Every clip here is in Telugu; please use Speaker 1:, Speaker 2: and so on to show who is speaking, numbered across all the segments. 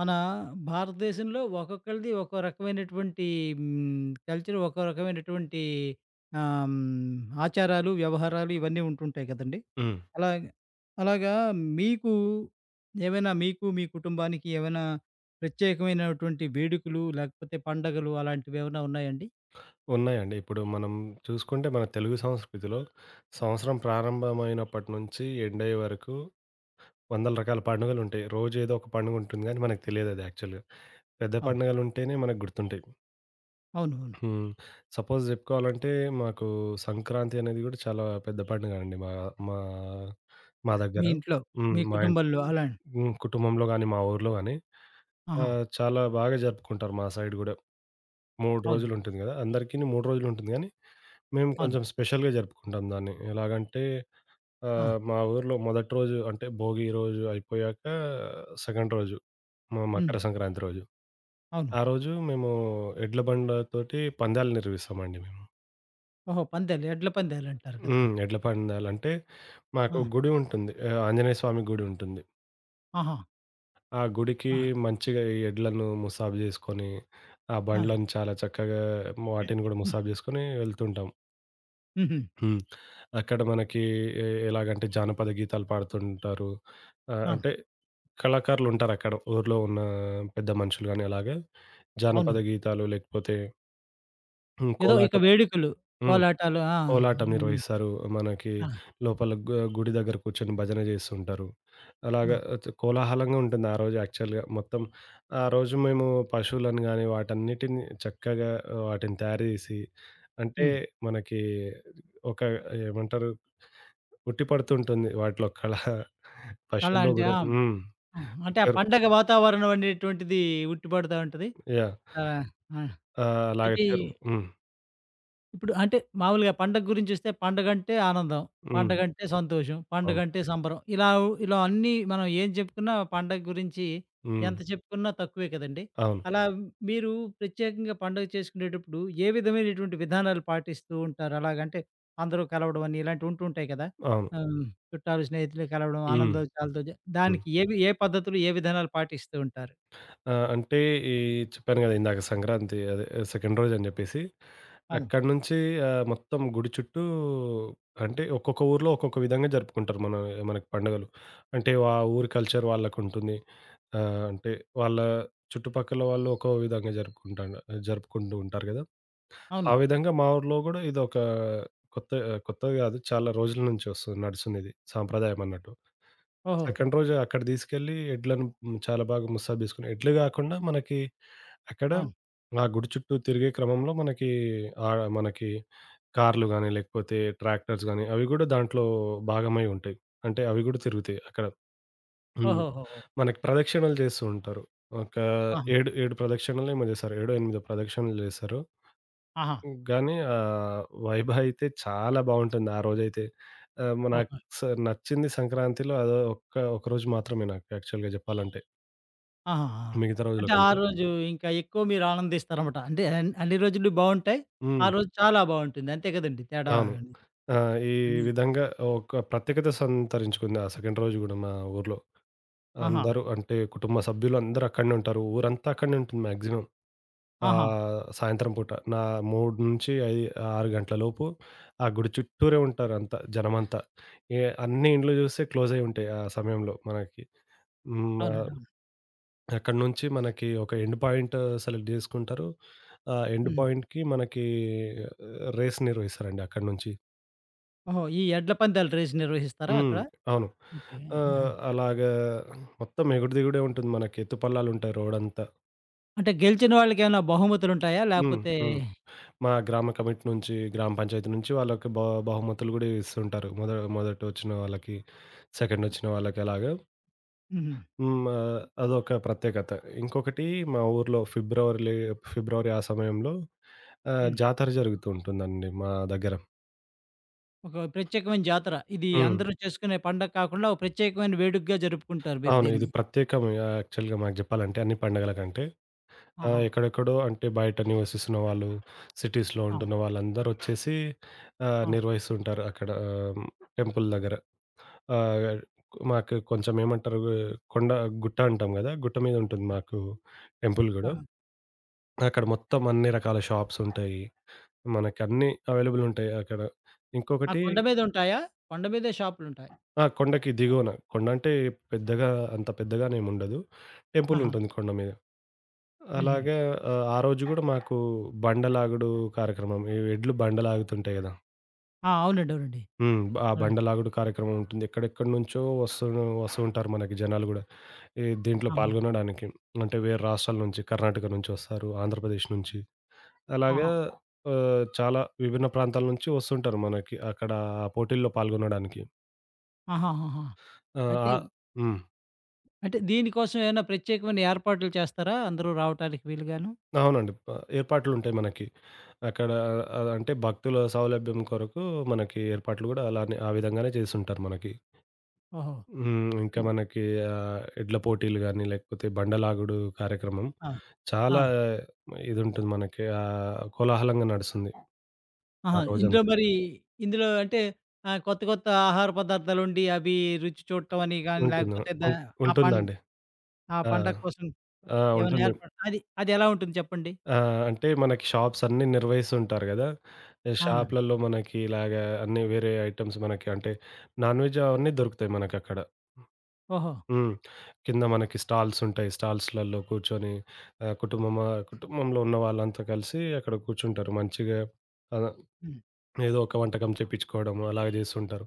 Speaker 1: మన భారతదేశంలో ఒక్కొక్కరిది ఒక్కో రకమైనటువంటి కల్చర్, ఒక్కో రకమైనటువంటి ఆమ్, ఆచారాలు, వ్యవహారాలు, ఇవన్నీ ఉంటుంటాయి కదండి.
Speaker 2: హ్మ్.
Speaker 1: అలా అలాగా మీకు మీకు మీ కుటుంబానికి ఏమైనా ప్రత్యేకమైనటువంటి వేడుకలు, లేకపోతే పండగలు అలాంటివి ఏమైనా ఉన్నాయండి?
Speaker 2: ఉన్నాయండి. ఇప్పుడు మనం చూసుకుంటే మన తెలుగు సంస్కృతిలో సంవత్సరం ప్రారంభమైనప్పటి నుంచి ఎండ్ అయ్యే వరకు వందల రకాల పండుగలుంటాయి. రోజు ఏదో ఒక పండుగుంటుంది గానీ మనకు తెలియదది యాక్చువల్‌గా. పెద్ద
Speaker 1: అవును
Speaker 2: పండుగలుంటేనే మనకు గుర్తుంటాయి.
Speaker 1: అవును అవును
Speaker 2: హ్మ్. సపోజ్ జెప్పుకోవాలంటే మాకు సంక్రాంతి అనేది గూడా చాలా పెద్ద పండుగ అండి మా మా మా దగ్గర.
Speaker 1: మీ ఇంట్లో,
Speaker 2: హ్మ్.
Speaker 1: మీ
Speaker 2: మా ఇంట్
Speaker 1: కుటుంబంలో అలా?
Speaker 2: హ్మ్. కుటుంబంలో గానీ, మా ఊర్లో గానీ
Speaker 1: ఆహా,
Speaker 2: చాలా బాగా జరుపుకుంటారు మా సైడ్ గూడా. 3
Speaker 1: అవును,
Speaker 2: రోజులుంటుంది గదా! అందరికిని 3 రోజులుంటుంది గానీ, మేము ఓకే.
Speaker 1: అవును.
Speaker 2: కొంచెం స్పెషల్‌గా జరుపుకుంటాం దాన్ని. ఎలాగంటే
Speaker 1: ఆ,
Speaker 2: మా ఊర్లో మొదటి రోజు అంటే భోగి రోజు అయిపోయాక సెకండ్ రోజు మ
Speaker 1: ఉమ్,
Speaker 2: మకర సంక్రాంతి రోజు.
Speaker 1: అవును.
Speaker 2: ఆ రోజు మేము ఎడ్ల బండతోటి పందాలు నిర్వహిస్తామండి మేము.
Speaker 1: ఓహో, పందాలు, ఎడ్ల పందాలు అంటారు కదా.
Speaker 2: హ్మ్. ఎడ్ల పందాలంటే మాకు
Speaker 1: ఆ,
Speaker 2: గుడి ఉంటుంది. ఆంజనేయ స్వామి గుడి ఉంటుంది.
Speaker 1: ఆహా,
Speaker 2: ఆ గుడికి
Speaker 1: ఆ,
Speaker 2: మంచిగా ఈ ఎడ్లను ముసాబు జేసుకొని, ఆ
Speaker 1: ఆ.
Speaker 2: బండ్లను చాలా చక్కగా వాటిని గూడా ముసాబు జేసుకొని వెళ్తుంటాం.
Speaker 1: హుహు.
Speaker 2: హ్మ్. అక్కడ మనకి ఎలాగంటే జానపద గీతాలు పాడుతుంటారు.
Speaker 1: అవును,
Speaker 2: అంటే కళాకారులుంటారక్కడ. ఊర్లో ఉన్న పెద్ద మనుషులు గాని అలాగే జానపద
Speaker 1: అవును.
Speaker 2: గీతాలు లేకపోతే హ్మ్.
Speaker 1: ఏదో ఇక
Speaker 2: కోలాటం
Speaker 1: వేడుకలు,
Speaker 2: హ్మ్.
Speaker 1: కోలాటాలు. ఆ!
Speaker 2: కోలాటం
Speaker 1: హ్మ్.
Speaker 2: నిర్వహిస్తారు. మనకి
Speaker 1: ఆ!
Speaker 2: లోపల గుడి దగ్గర కూర్చొని భజన జేస్తుంటారు.
Speaker 1: ఆ!
Speaker 2: అలాగా కోలాహలంగా ఉంటుంది ఆ రోజు యాక్చువల్‌గా మొత్తం. ఆ రోజు మేము పశువులను గాని వాటన్నిటిని చక్కగా వాటిని తయారు జేసి అంటే
Speaker 1: హ్మ్.
Speaker 2: మనకి ఒక ఏమంటారు ఉట్టి పడుతుంటుంది వాటిలో కళ.
Speaker 1: కళ
Speaker 2: పశువుల్లో
Speaker 1: అంటే
Speaker 2: గూడా.
Speaker 1: ఆ!
Speaker 2: హ్మ్.
Speaker 1: హ్మ్. అంటే ఆ
Speaker 2: చెరు
Speaker 1: పండగ వాతావరణం అనేటువంటిది ఉట్టిపడతా ఉంటది.
Speaker 2: యాహ్!
Speaker 1: ఆ! ఆ!
Speaker 2: అలాగే
Speaker 1: అయితే ఈ
Speaker 2: చెరు హ్మ్.
Speaker 1: ఇప్పుడు అంటే మామూలుగా పండగ గురించొస్తే, పండగంటే ఆనందం,
Speaker 2: హ్మ్.
Speaker 1: పండగంటే సంతోషం,
Speaker 2: అవును.
Speaker 1: పండగంటే సంబరం. ఇలా ఇలా అన్నీ మనం ఏం చెప్పుకున్నా, పండగ గురించి
Speaker 2: హ్మ్.
Speaker 1: ఎంత చెప్పుకున్నా తక్కువే కదండీ!
Speaker 2: అవును.
Speaker 1: అలా మీరు ప్రత్యేకంగా పండగ చేసుకునేటప్పుడు ఏ విధమైనటువంటి విధానాలు పాటిస్తూ ఉంటారు? అలాగంటే అందరూ కలవడం అని ఇలాంటివి ఉంటూ ఉంటాయి కదా!
Speaker 2: అవును.
Speaker 1: ఆహ్, చుట్టాలు, స్నేహితులు కలవడం,
Speaker 2: హ్మ్.
Speaker 1: ఆనందోత్సాహాలతో జ.
Speaker 2: హ్మ్.
Speaker 1: దానికి ఏవి, ఏ పద్ధతులు, ఏ విధానాలు పాటిస్తూ ఉంటారు?
Speaker 2: ఆ! అంటే ఈ చెప్పాను గదా! ఇందాక సంక్రాంతి అదే సెకండ్ రోజని జెప్పేసి,
Speaker 1: అవును.
Speaker 2: అక్కడి నుంచి మొత్తం గుడి చుట్టూ అంటే ఒక్కొక్క ఊర్లో ఒక్కొక్క విధంగా జరుపుకుంటారు మనకి పండుగలు. అంటే ఆ ఊరి కల్చర్ వాళ్ళకుంటుంది. అంటే వాళ్ళ చుట్టుపక్కల వాళ్ళు ఒక్కో విధంగా జరుపుకుంటూ ఉంటారు గదా!
Speaker 1: అవును.
Speaker 2: ఆ విధంగా మా ఊర్లో గూడా ఇదొక కొత్తది గాదు. చాలా రోజుల నుంచి వస్తుంది నడుస్తుందిది సాంప్రదాయమన్నట్టు.
Speaker 1: ఓహో!
Speaker 2: సెకండ్ రోజు అక్కడ తీసుకెళ్ళి ఎడ్లను హ్మ్, చాలా బాగా ముస్తాబు జేసుకుని ఎడ్లు గాకుండా మనకి అక్కడ
Speaker 1: అవును.
Speaker 2: ఆ గుడి చుట్టూ తిరిగే క్రమంలో మనకి మనకి కార్లు గానీ, లేకపోతే ట్రాక్టర్స్ గానీ అవి గూడా దాంట్లో భాగమై ఉంటాయి. అంటే అవి గూడా తిరుగుతాయి అక్కడ. హ్మ్.
Speaker 1: ఓహోహోహో!
Speaker 2: మనకి ప్రదక్షిణలు జేస్తూ ఉంటారు. ఒక
Speaker 1: ఆహా!
Speaker 2: 7 ప్రదక్షిణలేమో జేశారు. 7, 8 ప్రదక్షిణలు జేశారు.
Speaker 1: ఆహా!
Speaker 2: హ్మ్. గానీ వైబ్ అయితే చాలా బావుంటుంది ఆ రోజైతే. ఆహ్, మ నాకు
Speaker 1: ఓహో!
Speaker 2: స నచ్చింది సంక్రాంతిలో అదో ఒకరోజు మాత్రమే నాకు యాక్చువల్‌గా జెప్పాలంటే.
Speaker 1: ఆహా! ఆహా!
Speaker 2: మిగతా రోజుల
Speaker 1: అంటే ఆ
Speaker 2: కంటే.
Speaker 1: రోజు ఇంకా ఎక్కువ మీరు ఆనందిస్తారన్నమాట. అంటే అన్ అన్ని రోజులు బావుంటాయి. ఆ
Speaker 2: హ్మ్.
Speaker 1: రోజు చాలా బావుంటుంది. అంతే కదండీ తేడా
Speaker 2: అవును.
Speaker 1: అని.
Speaker 2: ఆ! ఈ విధంగా ఒక ప్రత్యేకత సంతరించుకుంది ఆ సెకండ్ రోజు గూడా మా ఊర్లో.
Speaker 1: ఆహా!
Speaker 2: అందరూ అంటే కుటుంబ సభ్యులందరూ అక్కడనే ఉంటారు. ఊరంతా అక్కడనే ఉంటుంది మాక్సిమం.
Speaker 1: ఆహా!
Speaker 2: సాయంత్రం పూట 3-5, 6 గంటల లోపు ఆ గుడి చుట్టూరే ఉంటారంతా జనమంతా. అన్ని ఇండ్లు చూస్తే క్లోజ్ అయ్యి ఉంటాయి ఆ సమయంలో మనకి. హ్మ్.
Speaker 1: అవునండి, అవును.
Speaker 2: అక్కడి నుంచి మనకి ఒక ఎండ్ పాయింట్ సెలెక్ట్ చేసుకుంటారు. ఆ ఎండ్
Speaker 1: హ్మ్.
Speaker 2: పాయింట్‌కి మనకి రేస్ నిర్వహిస్తారండి అక్కడి నుంచి.
Speaker 1: ఓహో! ఈ ఎడ్ల పందాల రేస్ నిర్వహిస్తారా
Speaker 2: హ్మ్.
Speaker 1: అక్కడ?
Speaker 2: అవును.
Speaker 1: ఓకే, ఆహా!
Speaker 2: అలాగా మొత్తం ఎగుడు దిగుడే ఉంటుంది మనకి. ఎత్తుపల్లాలుంటాయి రోడంతా.
Speaker 1: అంటే గెలిచిన వాళ్ళకేమైనా బహుమతులుంటాయా?
Speaker 2: హ్మ్.
Speaker 1: లేపోతే
Speaker 2: హ్మ్. మా గ్రామ కమిటీ నుంచి, గ్రామ పంచాయతీ నుంచి వాళ్ళకి బహుమతులు గూడా ఇస్తుంటారు. మొదటొచ్చిన వాళ్ళకి, సెకండొచ్చిన వాళ్ళకి అలాగా.
Speaker 1: హుహు.
Speaker 2: హ్మ్. అదొక ప్రత్యేకత. ఇంకొకటి మా ఊర్లో ఫిబ్రవరి ఆ సమయంలో
Speaker 1: హ్మ్.
Speaker 2: జాతర జరుగుతూ ఉంటుందండి మా దగ్గర.
Speaker 1: ఒక ప్రత్యేకమైన జాతర. ఇది
Speaker 2: హ్మ్.
Speaker 1: అందరూ చేసుకునే పండగ కాకుండా ఒక ప్రత్యేకమైన వేడుకగా జరుపుకుంటారు మీరు
Speaker 2: అవును. ఇది
Speaker 1: దీన్ని.
Speaker 2: ప్రత్యేకం యాక్చువల్‌గా మాకు జెప్పాలంటే అన్ని పండగల కంటే.
Speaker 1: ఆహా!
Speaker 2: ఎక్కడెక్కడో అంటే బయట నివసిస్తున్న వాళ్ళు, సిటీస్‌లో
Speaker 1: ఆ!
Speaker 2: ఉంటున్న వాళ్ళందరొచ్చేసి
Speaker 1: ఆ!
Speaker 2: నిర్వహిస్తుంటారు అక్కడ టెంపుల్ దగ్గర. ఆహ్, మాకు కొంచెం ఏమంటారు కొండ గుట్ట అంటాం గదా! గుట్ట మీద ఉంటుంది
Speaker 1: ఆ!
Speaker 2: మాకు టెంపుల్ గూడా.
Speaker 1: ఆహా!
Speaker 2: అక్కడ మొత్తం అన్ని రకాల షాప్స్ ఉంటాయి. మనకన్నీ అవైలబుల్ ఉంటాయి అక్కడ.
Speaker 1: ఆ
Speaker 2: ఇంకొకటి
Speaker 1: కొండ మీద ఉంటాయా? కొండ మీదే షాపులుంటాయి.
Speaker 2: ఆ! కొండకి దిగువన కొండ అంటే పెద్దగా అంత పెద్దగానేముండదు. టెంపుల్
Speaker 1: ఆహా!
Speaker 2: ఉంటుంది కొండ మీద.
Speaker 1: హుహు.
Speaker 2: అలాగా ఆ రోజు గూడా మాకు బండ లాగుడు కార్యక్రమం. ఈ ఎడ్లు బండ లాగుతుంటాయి గదా!
Speaker 1: ఆ! అవునండి, అవునండి.
Speaker 2: హ్మ్. ఆ
Speaker 1: అలాగే.
Speaker 2: బండలాగుడు కార్యక్రమం ఉంటుంది. ఎక్కడెక్కడి నుంచో వస్తూ వస్తూ ఉంటారు మనకి జనాలు గూడా. ఈ దీంట్లో
Speaker 1: ఆహా!
Speaker 2: పాల్గొనడానికి. అంటే వేరే రాష్ట్రాల నుంచి, కర్ణాటక నుంచి వస్తారు, ఆంధ్రప్రదేశ్ నుంచి. అలాగా
Speaker 1: ఆహా!
Speaker 2: చాలా విభిన్న ప్రాంతాల నుంచి వస్తుంటారు మనకి అక్కడ ఆ పోటీల్లో పాల్గొనడానికి.
Speaker 1: ఆహాహాహా!
Speaker 2: ఆ!
Speaker 1: అయితే,
Speaker 2: ఆ హ్మ్.
Speaker 1: అంటే దీనికోసం ఏమైనా ప్రత్యేకమైన ఏర్పాట్లు చేస్తారా? అందరూ రావటానికి వీలుగాను?
Speaker 2: అవునండి. ఏర్పాట్లుంటాయి మనకి. అక్కడ అంటే భక్తుల సౌలభ్యం కొరకు మనకి ఏర్పాట్లు గూడా అలానే ఆ విధంగానే చేసుంటారు మనకి.
Speaker 1: ఓహో!
Speaker 2: హ్మ్. ఇంకా
Speaker 1: హ్మ్.
Speaker 2: మనకి ఎడ్ల పోటీలు గాని, లేకపోతే బండలాగుడు కార్యక్రమం
Speaker 1: ఆ!
Speaker 2: చాలా
Speaker 1: ఆ!
Speaker 2: ఇదుంటుంది మనకి. కోలాహలంగా నడుస్తుంది
Speaker 1: ఆహా!
Speaker 2: ఆ
Speaker 1: ఇందులో
Speaker 2: రోజంతా.
Speaker 1: మరి ఇందులో అంటే కొత్త కొత్త ఆహార పదార్థాలొండి, అవి రుచి చూడటం అని గాని,
Speaker 2: ఉంటుంది.
Speaker 1: లేకపోతే
Speaker 2: ఉం
Speaker 1: దా, ఆ పం,
Speaker 2: ఉంటుందండి.
Speaker 1: ఆ
Speaker 2: ఆ!
Speaker 1: పండగ కోసం
Speaker 2: ఆ!
Speaker 1: ఏమైనా
Speaker 2: ఉంటుంది.
Speaker 1: ఏర్పాటు అది అదెలా ఉంటుంది చెప్పండి?
Speaker 2: ఆ! అంటే మనకి షాప్స్ అన్నీ నిర్వహిస్తుంటారు గదా!
Speaker 1: అవునా?
Speaker 2: షాప్‌లలో మనకి ఇలాగ అన్నీ వేరే ఐటెమ్స్ మనకి అంటే నాన్ వెజ్ అవన్నీ దొరుకుతాయి మనకక్కడ.
Speaker 1: ఓహో!
Speaker 2: హ్మ్. కింద మనకి స్టాల్స్ ఉంటాయి. స్టాల్స్‌లలో కూర్చొని కుటుంబంలో ఉన్న వాళ్ళంతా కలిసి అక్కడ కూర్చుంటారు. మంచిగా ఆహ్,
Speaker 1: హ్మ్.
Speaker 2: ఏదో ఒక వంటకం చేపించుకోవడం అలాగ చేస్తుంటారు.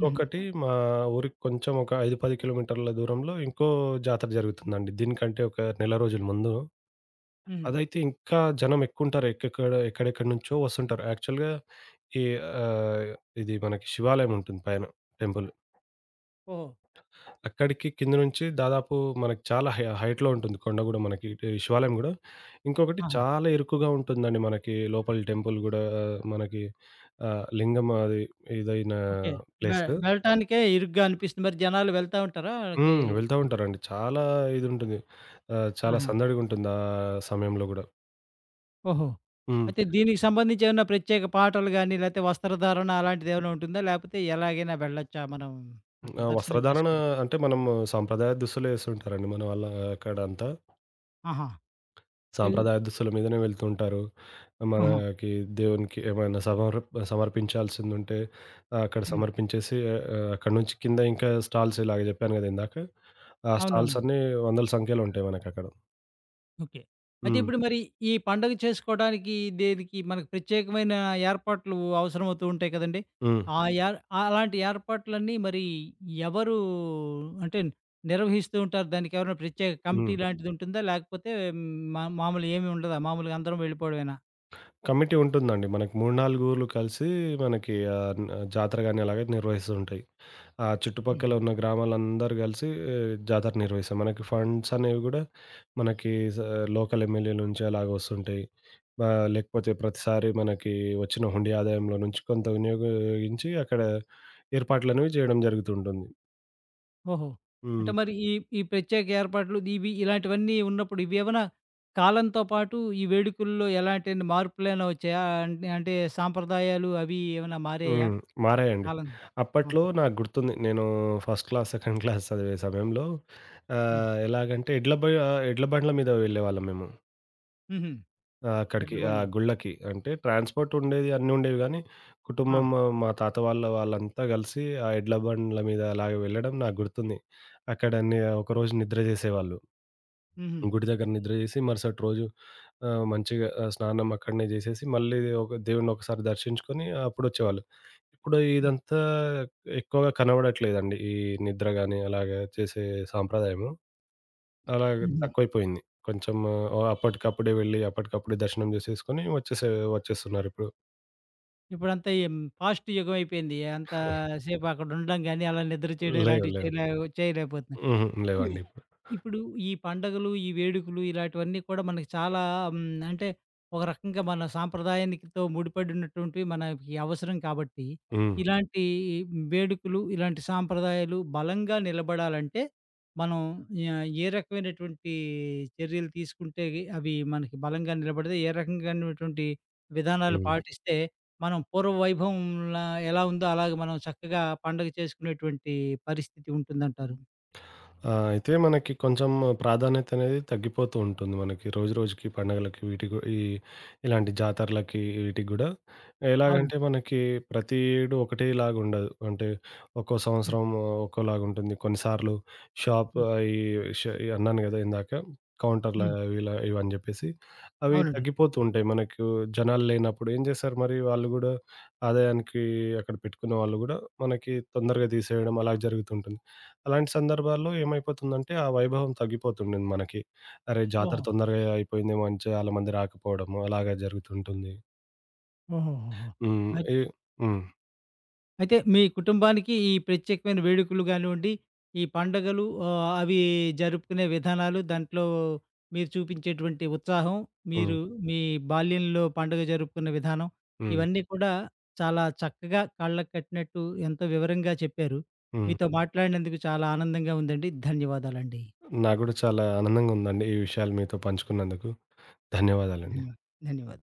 Speaker 1: హుహు.
Speaker 2: మా ఊరికి కొంచెం ఒక 5, 10 కిలోమీటర్ల దూరంలో ఇంకో జాతర జరుగుతుందండి. దీనికంటే ఒక నెల రోజుల ముందు.
Speaker 1: హ్మ్.
Speaker 2: అదైతే ఇంకా జనం ఎక్కువుంటారు. ఎక్కడెక్కడి నుంచో వస్తుంటారు. యాక్చువల్‌గా ఈ ఆహ్, ఇది మనకి శివాలయం ఉంటుంది పైన టెంపుల్.
Speaker 1: ఓహో!
Speaker 2: అక్కడికి కింద నుంచి దాదాపు మనకి చాలా హైట్‌లో ఉంటుంది కొండ గూడా మనకి. ఇటు ఈ శివాలయం గూడా. ఇంకొకటి
Speaker 1: ఆహా!
Speaker 2: చాలా ఇరుకుగా ఉంటుందండి మనకి లోపల టెంపుల్ గూడా మనకి లింగం అది ఇదైన
Speaker 1: ఓకే. వె
Speaker 2: ప్లేస్.
Speaker 1: వెళ్ళటానికే ఇరుగ్గా అనిపిస్తుంది. మరి జనాలు వెళ్తా ఉంటారా? ఆళ్ళకి
Speaker 2: హ్మ్. వెళ్తా ఉంటారండి. చాలా ఇదుంటుంది. చాలా
Speaker 1: ఆహా!
Speaker 2: సందడిగుంటుంది ఆ సమయంలో గూడా.
Speaker 1: ఓహో!
Speaker 2: హ్మ్.
Speaker 1: అయితే దీనికి సంబంధించి ఏమన్నా ప్రత్యేక పాటలు గాని, లేతే వస్త్రధారణ అలాంటిదేమైనా ఉంటుందా? లేపోతే ఎలాగైనా వెళ్ళొచ్చా మనం అక్కడ
Speaker 2: ఆ
Speaker 1: దర్శనం
Speaker 2: వస్త్రధారణ
Speaker 1: చేసుకోవడానికి?
Speaker 2: అంటే మనము సాంప్రదాయ దుస్తులే యేస్తుంటారండి మన వాళ్ళ అక్కడంతా.
Speaker 1: ఆహా! హ్మ్.
Speaker 2: సాంప్రదాయ దుస్తుల మీదనే వెళ్తుంటారు.
Speaker 1: ఆహా!
Speaker 2: మనకి దేవునికి ఏమైనా సమర్పించాల్సిందుంటే అక్కడ
Speaker 1: హ్మ్.
Speaker 2: సమర్పించేసి అక్కడి నుంచి కింద ఇంకా స్టాల్స్ ఇలాగ జెప్పాను గదా! ఇందాక. ఆ స్టాల్స్
Speaker 1: అవునవును.
Speaker 2: అన్నీ వందల సంఖ్యలో ఉంటాయి మనకక్కడ.
Speaker 1: ఓకే. అయితే
Speaker 2: హ్మ్.
Speaker 1: ఇప్పుడు మరి ఈ పండగ చేసుకోవడానికి దేనికి మనకు ప్రత్యేకమైన ఏర్పాట్లు అవసరమవుతూ ఉంటాయి కదండీ!
Speaker 2: హ్మ్.
Speaker 1: ఆ ఏర్ అలాంటి ఏర్పాట్లన్నీ మరి ఎవరు అంటే నిర్వహిస్తూ ఉంటారు? దానికేవైనా ప్రత్యేక కమిటీ
Speaker 2: హ్మ్.
Speaker 1: లాంటిదుంటుందా? లేకపోతే మా మామూలు ఏమి ఉండదా? మామూలుగా అందరం వెళ్ళిపోవడమేనా?
Speaker 2: కమిటీ ఉంటుందండి. మనకి 3, 4 ఊర్లు కలిసి మనకి జాతర గాని అలాగే నిర్వహిస్తుంటాయి. ఆ చుట్టుపక్కల ఉన్న గ్రామాలందరూ గలిసి జాతర నిర్వహిస్తాం. మనకి ఫండ్స్ అనేవి గూడా మనకి స లోకల్ ఎమ్మెల్యే నుంచి అలాగ వస్తుంటాయి. ఆ! లేకపోతే ప్రతిసారి మనకి వచ్చిన హుండీ ఆదాయంలో నుంచి కొంత వినియోగించి అక్కడ ఏర్పాట్లనేవి చేయడం జరుగుతుంటుంది.
Speaker 1: ఓహో! అంటే
Speaker 2: హ్మ్.
Speaker 1: మరి ఈ ఈ ప్రత్యేక ఏర్పాట్లు ఇవి ఇలాంటివన్నీ ఉన్నప్పుడు ఇవేమన్నా కాలంతో పాటు ఈ వేడుకల్లో ఎలాంటి మార్పులేమైనా వచ్చాయా? అంటే అంటే సాంప్రదాయాలు అవి ఏమైనా మారాయా?
Speaker 2: హ్మ్. మారాయండి.
Speaker 1: కాలం. ఆహా!
Speaker 2: అప్పట్లో నాకు గుర్తుంది. నేను ఫస్ట్ క్లాస్, సెకండ్ క్లాస్ చదివే సమయంలో
Speaker 1: హ్మ్.
Speaker 2: ఎలాగంటే ఎడ్ల బండ్ల మీద వెళ్ళేవాళ్ళం మేము.
Speaker 1: హుహు.
Speaker 2: అక్కడికి
Speaker 1: ఎడ్ల
Speaker 2: ఆ
Speaker 1: బండి మీద.
Speaker 2: గుళ్ళకి. అంటే ట్రాన్స్‌పోర్ట్ ఉండేది అన్నీ ఉండేవి గానీ,
Speaker 1: ఆ!
Speaker 2: కుటుంబం మా తాత వాళ్ళంతా కలిసి ఆ ఎడ్ల బండ్ల మీద అలాగ వెళ్ళడం నాకు గుర్తుంది. అక్కడ ఒకరోజు నిద్ర చేసేవాళ్ళు.
Speaker 1: హుహు.
Speaker 2: గుడి దగ్గర నిద్ర జేసి మరుసటి రోజు మంచిగా స్నానం అక్కడనే జేసేసి మళ్ళీ ఒక దేవుడిని ఒకసారి దర్శించుకొని అప్పుడొచ్చేవాళ్ళు. ఇప్పుడు
Speaker 1: హ్మ్.
Speaker 2: ఇదంతా ఎక్కువగా కనబడట్లేదండి. ఈ నిద్ర గాని అలాగా చేసే సాంప్రదాయము. అలాగ
Speaker 1: హుహు.
Speaker 2: తక్కువైపోయింది. కొంచెం అప్పటికప్పుడే వెళ్ళి అప్పటికప్పుడే దర్శనం జేసేసుకొని వచ్చేస్తున్నారిప్పుడు.
Speaker 1: ఇప్పుడంతా ఈ ఫాస్ట్ యుగం అయిపోయింది. అంత సేపు అక్కడ ఉండడం గాని, అలా నిద్ర చేయడం
Speaker 2: లేవు.
Speaker 1: ఇలాంటివి
Speaker 2: లేవు.
Speaker 1: చేయలే, చేయలేకపోతున్నాం. ఈ
Speaker 2: లేవండి ఇప్పుడు.
Speaker 1: ఇప్పుడు ఈ పండగలు, ఈ వేడుకలు ఇలాటివన్నీ కూడా మనకి చాలా హ్మ్, అంటే ఒక రకంగా మన సాంప్రదాయానికితో ముడిపడినటువంటివి మనకి అవసరం కాబట్టి,
Speaker 2: హ్మ్.
Speaker 1: ఇలాంటి వేడుకలు, ఇలాంటి సాంప్రదాయాలు బలంగా నిలబడాలంటే మనం ఏ రకమైనటువంటి చర్యలు తీసుకుంటే అవి మనకి బలంగా నిలబడతాయి? ఏ రకంగానటువంటి విధానాలు
Speaker 2: హ్మ్.
Speaker 1: పాటిస్తే మనం పూర్వ వైభవంలా ఎలా ఉందో అలాగే మనం చక్కగా పండగ చేసుకునేటువంటి పరిస్థితి ఉంటుందంటారు?
Speaker 2: ఆ! అయితే మనకి కొంచెం ప్రాధాన్యత అనేది తగ్గిపోతూ ఉంటుంది. మనకి రోజు రోజుకి పండగలకి వీటికి ఈ ఇలాంటి జాతరలకి వీటికి గూడా. ఎలాగంటే
Speaker 1: అవునండి.
Speaker 2: మనకి ప్రతి ఏడు ఒకటేలాగుండదు. అంటే ఒక్కో సంవత్సరం ఒక్కోలాగుంటుంది. కొన్నిసార్లు షాప్
Speaker 1: హ్మ్.
Speaker 2: ఈ ష ఈ అన్నాను గదా! ఇందాక కౌంటర్‌ల
Speaker 1: హ్మ్.
Speaker 2: అవి ఇలా ఇవని జెప్పేసి. అవి
Speaker 1: అవునండి.
Speaker 2: తగ్గిపోతూ ఉంటాయి. మనకు జనాలు లేనప్పుడు ఏం జేస్తారు మరి వాళ్ళు గూడా ఆదాయానికి అక్కడ పెట్టుకున్న వాళ్ళు గూడా మనకి తొందరగా తీసేయడం అలా జరుగుతుంటుంది. అలాంటి సందర్భాల్లో ఏమైపోతుందంటే, ఆ వైభవం తగ్గిపోతుండింది మనకి. అరే! జాతర
Speaker 1: ఓహో!
Speaker 2: తొందరగా అయిపోయిందేమో అని చాలా మంది రాకపోవడము అలాగా జరుగుతుంటుంది.
Speaker 1: ఓహోహోహో!
Speaker 2: హ్మ్.
Speaker 1: అయితే,
Speaker 2: హ్మ్.
Speaker 1: అయితే మీ కుటుంబానికి ఈ ప్రత్యేకమైన వేడుకలు గానివ్వండి, ఈ పండగలు అవి జరుపుకునే విధానాలు, దాంట్లో మీరు చూపించేటువంటి ఉత్సాహం,
Speaker 2: హ్మ్.
Speaker 1: మీరు మీ బాల్యంలో పండుగ జరుపుకున్న విధానం,
Speaker 2: హ్మ్.
Speaker 1: ఇవన్నీ కూడా చాలా చక్కగా కళ్ళకి కట్టినట్టు ఎంతో వివరంగా చెప్పారు.
Speaker 2: హ్మ్.
Speaker 1: మీతో మాట్లాడినందుకు చాలా ఆనందంగా ఉందండి. ధన్యవాదాలండి.
Speaker 2: నాకు గూడా చాలా ఆనందంగా ఉందండి. ఈ విషయాలు మీతో పంచుకున్నందుకు. ధన్యవాదాలండి.
Speaker 1: ధన్యవాదాలు. ధన్యవాదాలు.